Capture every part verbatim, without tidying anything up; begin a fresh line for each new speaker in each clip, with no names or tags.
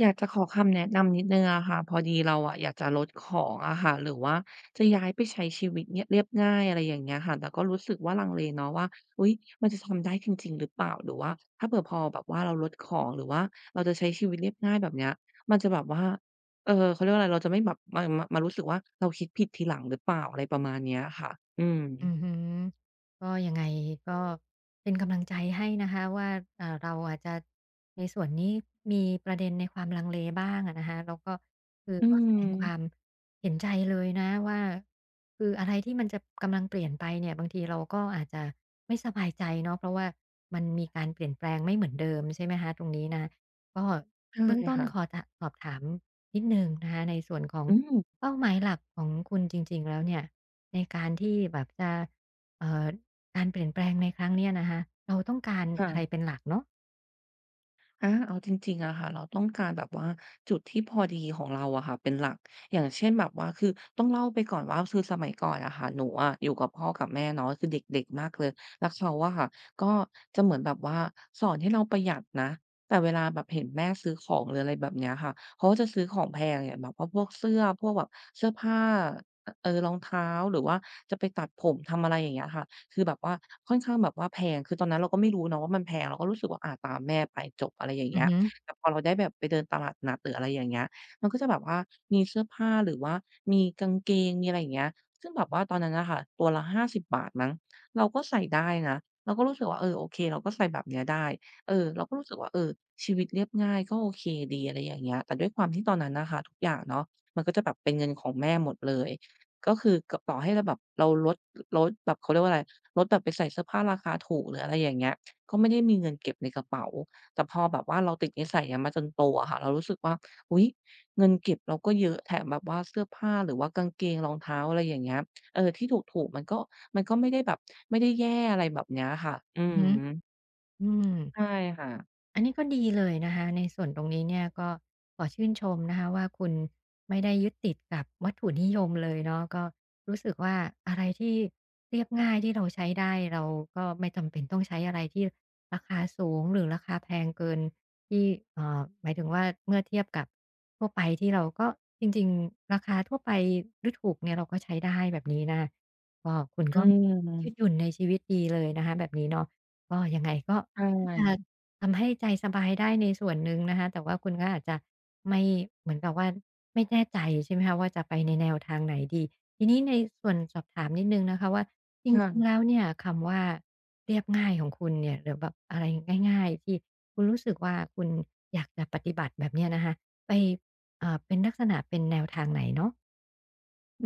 อยากจะขอคำแนะนำนิดนึ่งอะค่ะพอดีเราอะอยากจะลดของอะค่ะหรือว่าจะย้ายไปใช้ชีวิตเนี่ยเรียบง่ายอะไรอย่างเงี้ยค่ะแต่ก็รู้สึกว่าลังเลเนาะว่าอุ๊ยมันจะทำได้จริงๆหรือเปล่าหรือว่าถ้าเผื่อพอแบบว่าเราลดของหรือว่าเราจะใช้ชีวิตเรียบง่ายแบบเนี้ยมันจะแบบว่าเออเขาเรียกว่าอะไรเราจะไม่แบบมามามารู้สึกว่าเราคิดผิดทีหลังหรือเปล่าอะไรประมาณเนี้ยค่ะอืม
อือฮึก็ยังไงก็เป็นกำลังใจให้นะคะว่าเอ่อเราอาจจะในส่วนนี้มีประเด็นในความลังเลบ้างอะนะคะแล้วก็คือ
อื
ก็แสดงความ
ม
เห็นใจเลยนะว่าคืออะไรที่มันจะกำลังเปลี่ยนไปเนี่ยบางทีเราก็อาจจะไม่สบายใจเนาะเพราะว่ามันมีการเปลี่ยนแปลงไม่เหมือนเดิมใช่ไหมคะตรงนี้นะก็
ใช่
เบื้องต้น
ค่ะ
ขอจะสอบถามนิดหนึ่งนะคะในส่วนของ
อืม
เป้าหมายหลักของคุณจริงๆแล้วเนี่ยในการที่แบบจะเอ่อการเปลี่ยนแปลงในครั้งเนี้ยนะคะเราต้องการ
ค่ะ
อะไรเป็นหลักเนาะ
อาเอาจริงๆอะค่ะเราต้องการแบบว่าจุดที่พอดีของเราอะค่ะเป็นหลัก อย่างเช่นแบบว่าคือต้องเล่าไปก่อนว่าคือสมัยก่อนอะค่ะหนูอะอยู่กับพ่อกับแม่เนาะคือเด็กๆมากเลยแล้วเขาอะค่ะก็จะเหมือนแบบว่าสอนให้เราประหยัดนะแต่เวลาแบบเห็นแม่ซื้อของหรืออะไรแบบเนี้ยค่ะเขาก็จะซื้อของแพงอย่างแบบว่าพวกเสื้อพวกแบบเสื้อผ้าเอ่อรองเท้าหรือว่าจะไปตัดผมทำอะไรอย่างเงี้ยค่ะ คือแบบว่าค่อนข้างแบบว่าแพงคือตอนนั้นเราก็ไม่รู้เนาะว่ามันแพงเราก็รู้สึกว่าอาตามแม่ไปจบอะไรอย่าง
อื
เงี้
อ
ย
ฮึ
แต่พอเราได้แบบไปเดินตลาดนัดหรืออะไรอย่างเงี้ยมันก็จะแบบว่ามีเสื้อผ้าหรือว่ามีกางเกงมีอะไรอย่างเงี้ยซึ่งแบบว่าตอนนั้นน่ะค่ะตัวละห้าสิบบบาทมั้งเราก็ใส่ได้นะเราก็รู้สึกว่าเออโอเคเราก็ใส่แบบเนี้ยได้เออเราก็รู้สึกว่าเออชีวิตเรียบง่ายก็โอเคดีอะไรอย่างเงี้ยแต่ด้วยความที่ตอนนั้นน่ะค่ะทุกอย่างเนาะมันก็จะแบบเป็นเงินของแม่หมดเลยก็คือกต่อให้เราแบบเราลดลดแบบเขาเรียกว่าอะไร ลดแบบไปใส่เสื้อผ้าราคาถูกหรืออะไรอย่างเงี้ยก็ไม่ได้มีเงินเก็บในกระเป๋าแต่พอแบบว่าเราติดนิสัยเนี้ยมาจนโตอะค่ะเรารู้สึกว่าอุ๊ยเงินเก็บเราก็เยอะแถมแบบว่าเสื้อผ้าหรือว่ากางเกงรองเท้าอะไรอย่างเงี้ยเออที่ถูกๆมันก็มันก็ไม่ได้แบบไม่ได้แย่อะไรแบบเนี้ยค่ะอื
อือ
อ
ฮึ
ฮึ
อืม
ใช่ค่ะ
อันนี้ก็ดีเลยนะคะในส่วนตรงนี้เนี่ยก็ขอชื่นชมนะคะว่าคุณไม่ได้ยึดติดกับวัตถุนิยมเลยเนาะก็รู้สึกว่าอะไรที่เรียบง่ายที่เราใช้ได้เราก็ไม่จำเป็นต้องใช้อะไรที่ราคาสูงหรือราคาแพงเกินที่เอ่อหมายถึงว่าเมื่อเทียบกับทั่วไปที่เราก็จริงๆราคาทั่วไปหรือถูกเนี่ยเราก็ใช้ได้แบบนี้นะคก็คุณ
อื
ก็ยืดห
ม
ยุ่นในชีวิตดีเลยนะคะแบบนี้เนาะก็ยังไงก็
ใช
ถ้าจะ
่
ทำให้ใจสบายได้ในส่วนหนึ่งนะคะแต่ว่าคุณก็อาจจะไม่เหมือนกับว่าไม่แน่ใจใช่ไหมคะว่าจะไปในแนวทางไหนดีทีนี้ในส่วนสอบถามนิดนึงนะคะว่าจริงๆ
ค่ะ
แล้วเนี่ยคำว่าเรียบง่ายของคุณเนี่ยหรือแบบอะไรง่ายๆที่คุณรู้สึกว่าคุณอยากจะปฏิบัติแบบเนี้ยนะคะไปเอ่อเป็นลักษณะเป็นแนวทางไหนเนาะ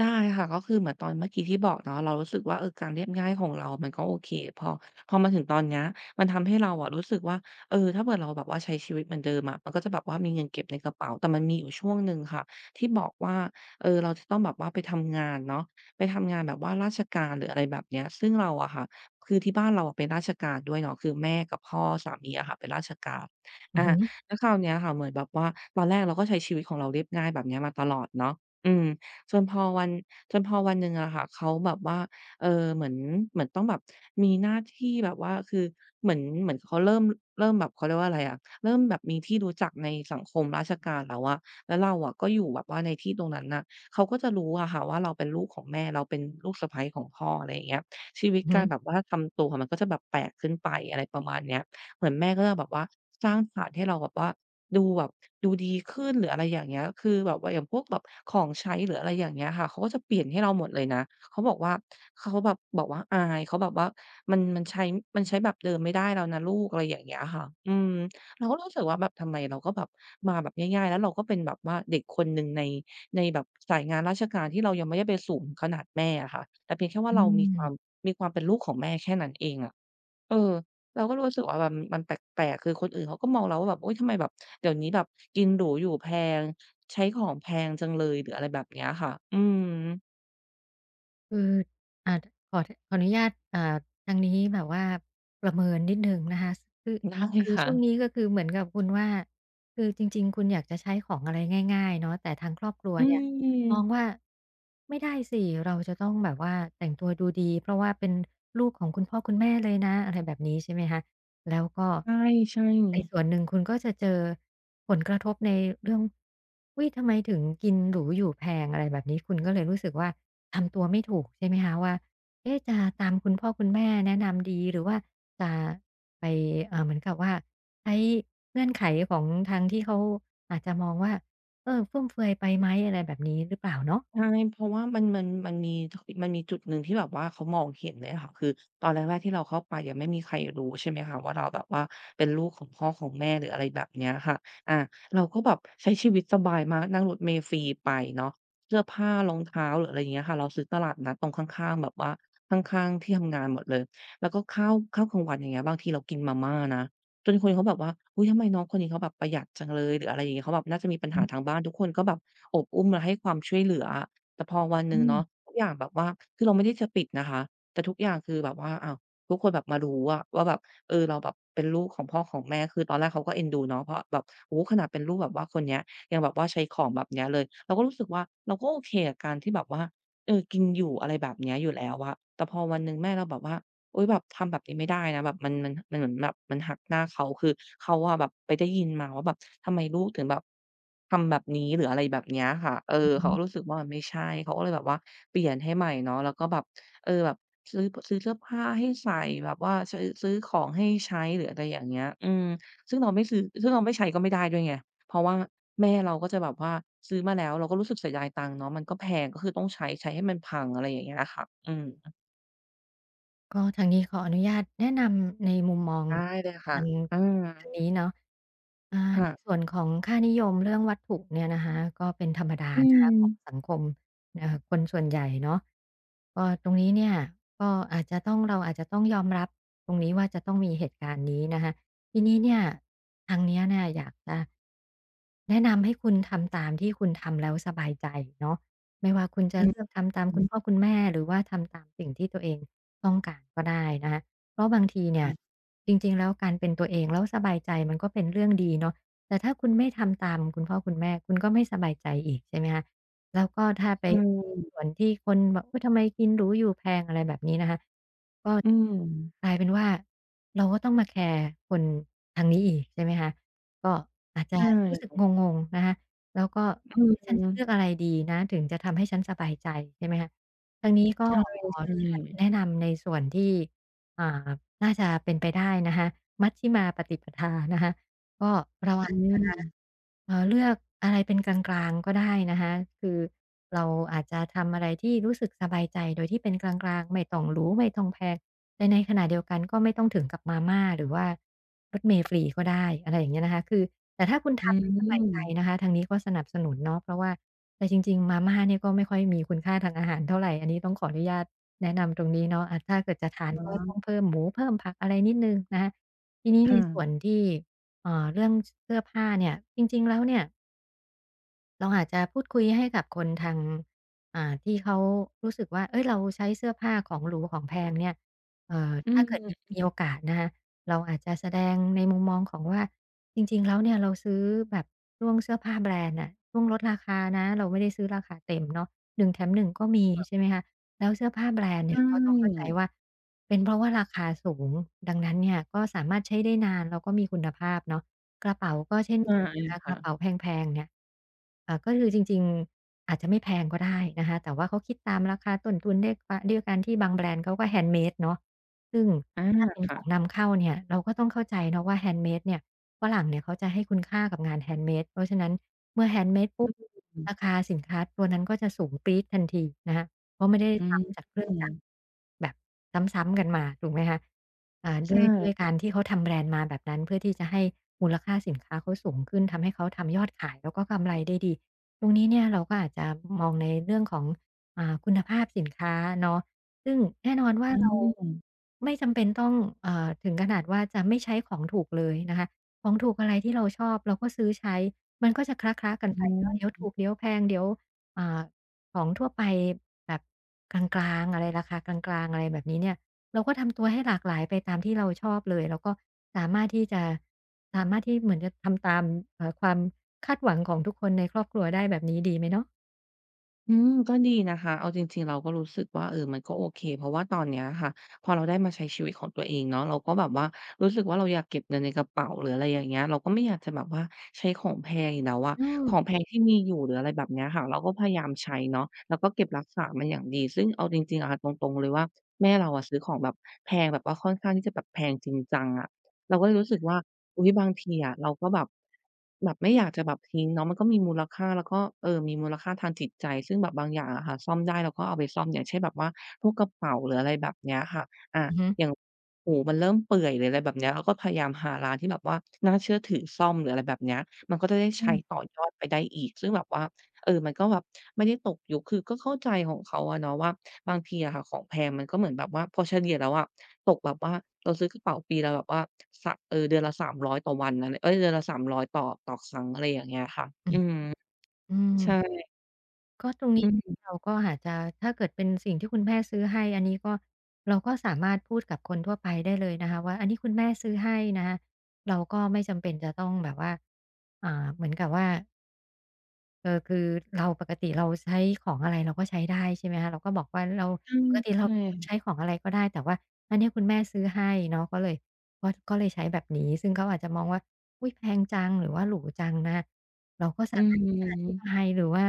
ได้ค่ะก็คือเหมือนตอนเมื่อกี้ที่บอกเนาะเรารู้สึกว่าเออการเรียบง่ายของเรามันก็โอเคพอพอมาถึงตอนเนี้ยมันทำให้เราอะรู้สึกว่าเออถ้าเผื่อเราแบบว่าใช้ชีวิตเหมือนเดิมอะมันก็จะแบบว่ามีเงินเก็บในกระเป๋าแต่มันมีอยู่ช่วงหนึ่งค่ะที่บอกว่าเออเราจะต้องแบบว่าไปทำงานเนาะไปทำงานแบบว่าราชการหรืออะไรแบบเนี้ยซึ่งเราอะค่ะคือที่บ้านเราอะเป็นราชการด้วยเนาะคือแม่กับพ่อสามีอะค่ะเป็นราชการ
อื
อา
อหื
แล้วคราวเนี้ยค่ะเหมือนแบบว่าตอนแรกเราก็ใช้ชีวิตของเราเรียบง่ายแบบเนี้ยมาตลอดเนาะอืม จนพอวันจนพอวันหนึ่งอะค่ะเขาแบบว่าเออเหมือนเหมือนต้องแบบมีหน้าที่แบบว่าคือเหมือนเหมือนเขาเริ่มเริ่มแบบเขาเรียกว่าอะไรอะเริ่มแบบมีที่รู้จักในสังคมราชการแล้วอะแล้วเราอะก็อยู่แบบว่าในที่ตรงนั้นน่ะเขาก็จะรู้อะค่ะว่าเราเป็นลูกของแม่เราเป็นลูกสะใภ้ของพ่ออะไรอย่างเงี้ยชีวิต
ออือ
การแบ
หื
บว่าทำตัวมันก็จะแบบแปลกขึ้นไปอะไรประมาณเนี้ยเหมือนแม่ก็จะแบบว่าสร้างฐานให้เราแบบว่า ดูแบบดูดีขึ้นหรืออะไรอย่างเงี้ยคือแบบว่าอย่างพวกแบบของใช้หรืออะไรอย่างเงี้ยค่ะเขาก็จะเปลี่ยนให้เราหมดเลยนะเขาบอกว่าเขาแบบบอกว่าอายเขาแบบว่ามันมันใช้มันใช้แบบเดิมไม่ได้แล้วนะลูกอะไรอย่างเงี้ยค่ะอืมเราก็รู้สึกว่าแบบทำไมเราก็แบบมาแบบง่ายๆแล้วเราก็เป็นแบบว่าเด็กคนหนึ่งในในแบบสายงานราชการที่เรายังไม่ได้ไปสูงขนาดแม่อะค่ะแต่เพียงแค่
อ
ว่า
อื
เรามีค
ม
วามมีความเป็นลูกของแม่แค่นั้นเองอะ เออเราก็รู้สึกว่าแบบมันแปลกๆคือคนอื่นเขาก็มองเราว่าแบบโอ๊ยทำไมแบบเดี๋ยวนี้แบบกินหรูอยู่แพงใช้ของแพงจังเลยหรืออะไรแบบเนี้ยค่ะอืม
คืออ่าขอขออนุญาตอ่าทางนี้แบบว่าประเมินนิดหนึ่งนะคะคือ
ได้
คือ
ค่ะ
ช่วงนี้ก็คือเหมือนกับคุณว่า คือจริงๆคุณอยากจะใช้ของอะไรง่ายๆเนาะแต่ทางครอบครัว
อื
เนี่ย
ม
มองว่าไม่ได้สิ เราจะต้องแบบว่าแต่งตัวดูดี เพราะว่าเป็นลูกของคุณพ่อคุณแม่เลยนะอะไรแบบนี้ใช่ไหมคะ แล้วก็
ใช่
ในส่วน
ๆ
หนึ่งคุณก็จะเจอผลกระทบในเรื่องอุ๊ยทำไมถึงกินหรูอยู่แพงอะไรแบบนี้คุณก็เลยรู้สึกว่าทำตัวไม่ถูกใช่ไหมคะว่าเอ๊ะจะตามคุณพ่อคุณแม่แนะนำดีหรือว่าจะไปเอ่อเหมือนกับว่าใช้เงื่อนไขของทางที่เขาอาจจะมองว่าเออฟุ่มเฟือยไปไหมอะไรแบบนี้หรือเปล่าเนาะ
ใช่เพราะว่ามันมันมันมีทมันมีจุดหนึ่งที่แบบว่าเขามองเห็นเลยอะค่ะคือตอนแรกๆที่เราเข้าไปยังไม่มีใครรู้ใช่ไหมคะว่าเราแบบว่าเป็นลูกของพ่อของแม่หรืออะไรแบบเนี้ยค่ะอาเราก็แบบใช้ชีวิตสบายมากนั่งรถเมล์ฟรีไปเนาะเสื้อผ้ารองเท้าหรืออะไรอย่างเงี้ยค่ะเราซื้อตลาดนัดตรงข้างๆแบบว่าข้างๆที่ทำงานหมดเลยแล้วก็ข้าวข้าวกลางวันอย่างเงี้ยบางทีเรากินมาม่านะ จนคนเขาแบบว่าอุ๊ยทำไมน้องคนนี้เขาแบบประหยัดจังเลยหรืออะไรอย่างเงี้ยเขาแบบน่าจะมีปัญ
อื
หาทาง
ม
บ้านทุกคนก็แบบโอบอุ้มและให้ความช่วยเหลืออะแต่พอวันหนึ่งเนาะทุกอย่างแบบว่าคือเราไม่ได้จะปิดนะคะแต่ทุกอย่างคือแบบว่าอ้าวทุกคนแบบมารู้อะว่าแบบเออเราแบบเป็นลูกของพ่อของแม่คือตอนแรกเขาก็เอ็นดูเนาะเพราะแบบโอ้โฮขนาดเป็นลูกแบบว่าคนเนี้ยยังแบบว่าใช้ของแบบเนี้ยเลยเราก็รู้สึกว่าเราก็โอเคกับการที่แบบว่าเออกินอยู่อะไรแบบเนี้ยอยู่แล้วอะแต่พอวันหนึ่งแม่เราแบบว่า อุ๊ยแบบทำแบบนี้ไม่ได้นะแบบมันมันมันเหมือนแบบมันหักหน้าเขาคือเขาอะแบบไปได้ยินมาว่าแบบทำไมลูกถึงแบบทำแบบนี้หรืออะไรแบบเนี้ยค่ะเออเขาก็รู้สึกว่ามันไม่ใช่เขาก็เลยแบบว่าเปลี่ยนให้ใหม่เนาะแล้วก็แบบเออแบบซื้อซื้อเสื้อผ้าให้ใส่แบบว่าซื้อซื้อของให้ใช้หรืออะไรอย่างเงี้ยอืมซึ่งเราไม่ซื้อซึ่งเราไม่ใช้ก็ไม่ได้ด้วยไงเพราะว่าแม่เราก็จะแบบว่าซื้อมาแล้วเราก็รู้สึกเสียดายตังค์เนาะมันก็แพงก็คือต้องใช้ใช้ให้มันพังอะไรอย่างเงี้ยอะค่ะอืม
ก็ทางนี้ขออนุญาตแนะนำในมุมมอง
ได้เลยค่ะ
ทาง
อืม
ทางนี้เนาะอ่าในส่
ค่ะ
วนของค่านิยมเรื่องวัตถุเนี่ยนะคะก็เป็นธรรมดา
อื
นะคะ
ม
ของสังคมเอ่อคนส่วนใหญ่เนาะก็ตรงนี้เนี่ยก็อาจจะต้องเราอาจจะต้องยอมรับตรงนี้ว่าจะต้องมีเหตุการณ์นี้นะคะทีนี้เนี่ยทางเนี้ยเนี่ยอยากจะแนะนำให้คุณทำตามที่คุณทำแล้วสบายใจเนาะ ไม่ว่าคุณจะ
อื
เลือกทำตามคุณพ่อ
ม
คุณแม่หรือว่าทำตามสิ่งที่ตัวเองต้องการก็ได้นะคะเพราะบางทีเนี่ย
ค่ะ
จริงๆแล้วการเป็นตัวเองแล้วสบายใจมันก็เป็นเรื่องดีเนาะแต่ถ้าคุณไม่ทำตามคุณพ่อคุณแม่คุณก็ไม่สบายใจอีกใช่ไหมคะแล้วก็ถ้าไป
ใช่
มีส่วนที่คนบอกอุ๊ยทำไมกินหรูอยู่แพงอะไรแบบนี้นะคะก็
อืม
กลายเป็นว่าเราก็ต้องมาแคร์คนทางนี้อีกใช่ไหมคะก็อาจจะ
ใช่
รู้สึกงงๆนะคะ แล้วก็
อื
เอ๊ะ
ม
ฉันจะเลือกอะไรดีนะถึงจะทำให้ฉันสบายใจใช่ไหมคะทางนี้ก็
ใช่
ขออนุญาต
ๆ
แนะนำในส่วนที่อ่าน่าจะเป็นไปได้นะคะมัชฌิมาปฏิปทานะคะก็เรา
อื
อาจจะ
ม
เอ่อเลือกอะไรเป็นกลางๆก็ได้นะคะคือเราอาจจะทำอะไรที่รู้สึกสบายใจโดยที่เป็นกลางๆไม่ต้องหรูไม่ต้องแพง แต่ในขณะเดียวกันก็ไม่ต้องถึงกับมาม่าหรือว่ารถเมล์ฟรีก็ได้อะไรอย่างเงี้ยนะคะคือแต่ถ้าคุณ
อื
ทำแล้วสบายใจนะ
ม
คะทางนี้ก็สนับสนุนเนาะเพราะว่าแต่จริงๆมาม่าเนี่ยก็ไม่ค่อยมีคุณค่าทางอาหารเท่าไรอันนี้ต้องขออนุญาตแนะนำตรงนี้เนาะอาถ้าเกิดจะทาน
อ๋
ก็
อ
ต้องเพิ่มหมูเพิ่มผักอะไรนิดหนึ่งนะคะทีนี้ในส่วน
ค่ะ
ที่เอ่อเรื่องเสื้อผ้าเนี่ยจริงๆแล้วเนี่ย เราอาจจะพูดคุยให้กับคนทางอ่าที่เขารู้สึกว่าเฮ้ยเราใช้เสื้อผ้าของหรูของแพงเนี่ยเอ่อ
อื
ถ้าเกิดมี
ม
มีโอกาสนะคะเราอาจจะแสดงในมุมมองของว่าจริงๆแล้วเนี่ยเราซื้อแบบช่วงเสื้อผ้าแบรนด์น่ะช่วงลดราคานะเราไม่ได้ซื้อราคาเต็มเนาะหนึ่งแถมหนึ่งก็มีใช่ไหมคะ แล้วเสื้อผ้าแบรนด์
ใช
เนี่ยก็ต้องเข้าใจ
่
ว่าเป็นเพราะว่าราคาสูงดังนั้นเนี่ยก็สามารถใช้ได้นานแล้วก็มีคุณภาพเนาะกระเป๋าก็เช่น
ใช่
กันนะคะกระเป๋า
ค่ะ
แพงๆเนี่ยเอ่อก็คือจริงๆอาจจะไม่แพงก็ได้นะคะแต่ว่าเขาคิดตามราคาต้นทุนด้วยกว่าเดยวการที่บางแบรนด์เขาก็ handmade เนาะซึ่ง
อา
ถ้าเป็นของ
ค่ะ
นำเข้าเนี่ยเราก็ต้องเข้าใจเนาะว่า handmade เนี่ยฝรั่งเนี่ยเขาจะให้คุณค่ากับงาน handmade เพราะฉะนั้นเมื่อ handmade ปุ๊บ
อืม
ราคาสินค้าตัวนั้นก็จะสูงปรี๊ดทันทีนะคะ เพราะไม่ได้
อื
ซ้ำจากเครื่องจักร
ม
แบบซ้ำๆกันมาถูกไหมคะอ่าด้
ใช่
วยด้วยการที่เขาทำแบรนด์มาแบบนั้นเพื่อที่จะให้มูลค่าสินค้าเขาสูงขึ้นทำให้เขาทำยอดขายแล้วก็กำไรได้ดีตรงนี้เนี่ยเราก็อาจจะมองในเรื่องของอ่าคุณภาพสินค้าเนาะซึ่งแน่นอนว่า
อื
เรา
ม
ไม่จำเป็นต้องเอ่อถึงขนาดว่าจะไม่ใช้ของถูกเลยนะคะของถูกอะไรที่เราชอบเราก็ซื้อใช้มันก็จะคละๆกันไป
อ๋
เนาะเดี๋ยว
อ
ถูกเดี๋ยวแพงเดี๋ยวอ่า ของทั่วไปแบบกลางๆอะไรราคากลางๆอะไรแบบนี้เนี่ยเราก็ทำตัวให้หลากหลายไปตามที่เราชอบเลยแล้วก็สามารถที่จะสามารถที่เหมือนจะทำตามเอ่อความ
อืมก็ดีนะคะเอาจริงๆเราก็รู้สึกว่าเออมันก็โอเคเพราะว่าตอนเนี้ยค่ะพอเราได้มาใช้ชีวิตของตัวเองเนาะเราก็แบบว่ารู้สึกว่าเราอยากเก็บเงินในกระเป๋าหรืออะไรอย่างเงี้ยเราก็ไม่อยากจะแบบว่าใช้ของแพงอีกแล้วอะ
อืม
ของแพงที่มีอยู่หรืออะไรแบบเนี้ยค่ะเราก็พยายามใช้เนาะแล้วก็เก็บรักษามันอย่างดีซึ่งเอาจริงๆอะค่ะตรงๆเลยว่าแม่เราอะซื้อของแบบแพงแบบว่าค่อนข้างที่จะแบบแพงจริงจังอะ เราก็เลยรู้สึกว่า อุ๊ยบางทีอะเราก็แบบแบบไม่อยากจะแบบทิ้งเนาะมันก็มีมูลค่าแล้วก็เออมีมูลค่าทางจิตใจ ซึ่งแบบบางอย่างอะค่ะซ่อมได้เราก็เอาไปซ่อมอย่างเช่นแบบว่าพวกกระเป๋าหรืออะไรแบบเนี้ยค่ะอา
อือฮึ
อย่างหูมันเริ่มเปื่อยหรืออะไรแบบเนี้ยเราก็พยายามหาร้านที่แบบว่าน่าเชื่อถือซ่อมหรืออะไรแบบเนี้ยมันก็จะได้
อื
ใช้
ม
ต่อยอดไปได้อีกซึ่งแบบว่า เออมันก็แบบไม่ได้ตกยุคคือก็เข้าใจของเขาอะเนาะว่าบางทีอะค่ะของแพงมันก็เหมือนแบบว่าพอเฉลี่ยแล้วอะตกแบบว่าเราซื้อกระเป๋าปีละแบบว่าสะเออเดือนละสามร้อยต่อวันอะไรเอ๊ยเดือนละสามร้อยต่อต่อครั้งอะไรอย่างเงี้ยค่ะ
อืม
อืม
อืม
ใช่
ก็ตรง
อื
นี้
ม
เราก็อาจจะถ้าเกิดเป็นสิ่งที่คุณแม่ซื้อให้อันนี้ก็เราก็สามารถพูดกับคนทั่วไปได้เลยนะคะว่าอันนี้คุณแม่ซื้อให้นะเราก็ไม่จำเป็นจะต้องแบบว่าอ่าเหมือนกับว่า เออคือเราปกติเราใช้ของอะไรเราก็ใช้ได้ใช่ไหมคะเราก็บอกว่าเรา
ใช่
ปกติเรา
ใช่
เป็นคนใช้
ค่ะ
ของอะไรก็ได้แต่ว่าอันเนี้ยคุณแม่ซื้อให้เนาะก็เลยก็ก็เลยใช้แบบนี้ซึ่งเขาอาจจะมองว่าอุ๊ยแพงจังหรือว่าหรูจังนะเราก็
อื
สามารถที่จะอธิ
ม
บายหรือว่า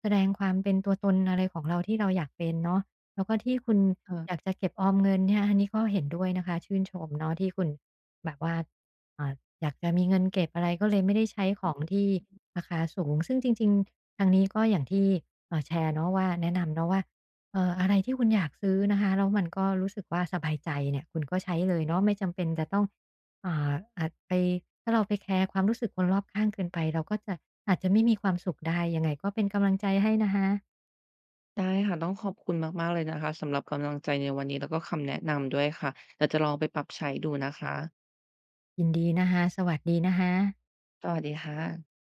แสดงความเป็นตัวตนอะไรของเราที่เราอยากเป็นเนาะแล้วก็ที่คุณอยาก
ค่ะ
จะเก็บออมเงินเนี่ยอันนี้ก็เห็นด้วยนะคะชื่นชมเนาะที่คุณแบบว่า อ่าอยากจะมีเงินเก็บอะไรก็เลยไม่ได้ใช้ของที่ราคาสูงซึ่งจริงๆทางนี้ก็อย่างที่อ่าแชร์เนาะว่าแนะนำเนาะว่าเอ่ออะไรที่คุณอยากซื้อนะคะแล้วมันก็รู้สึกว่าสบายใจเนี่ยคุณก็ใช้เลยเนาะไม่จำเป็นจะต้องอ่าอาจไปถ้าเราไปแคร์ความรู้สึกคนรอบข้างเกินไปเราก็จะอาจจะไม่มีความสุขได้ยังไงก็เป็นกำลังใจให้นะคะ
ได้ค่ะต้องขอบคุณมากๆเลยนะคะสำหรับกำลังใจในวันนี้แล้วก็คำแนะนำด้วยค่ะเดี๋ยวจะลองไปปรับใช้ดูนะคะ
ยินดีนะคะสวัสดีนะคะ
สวัสดีค่ะ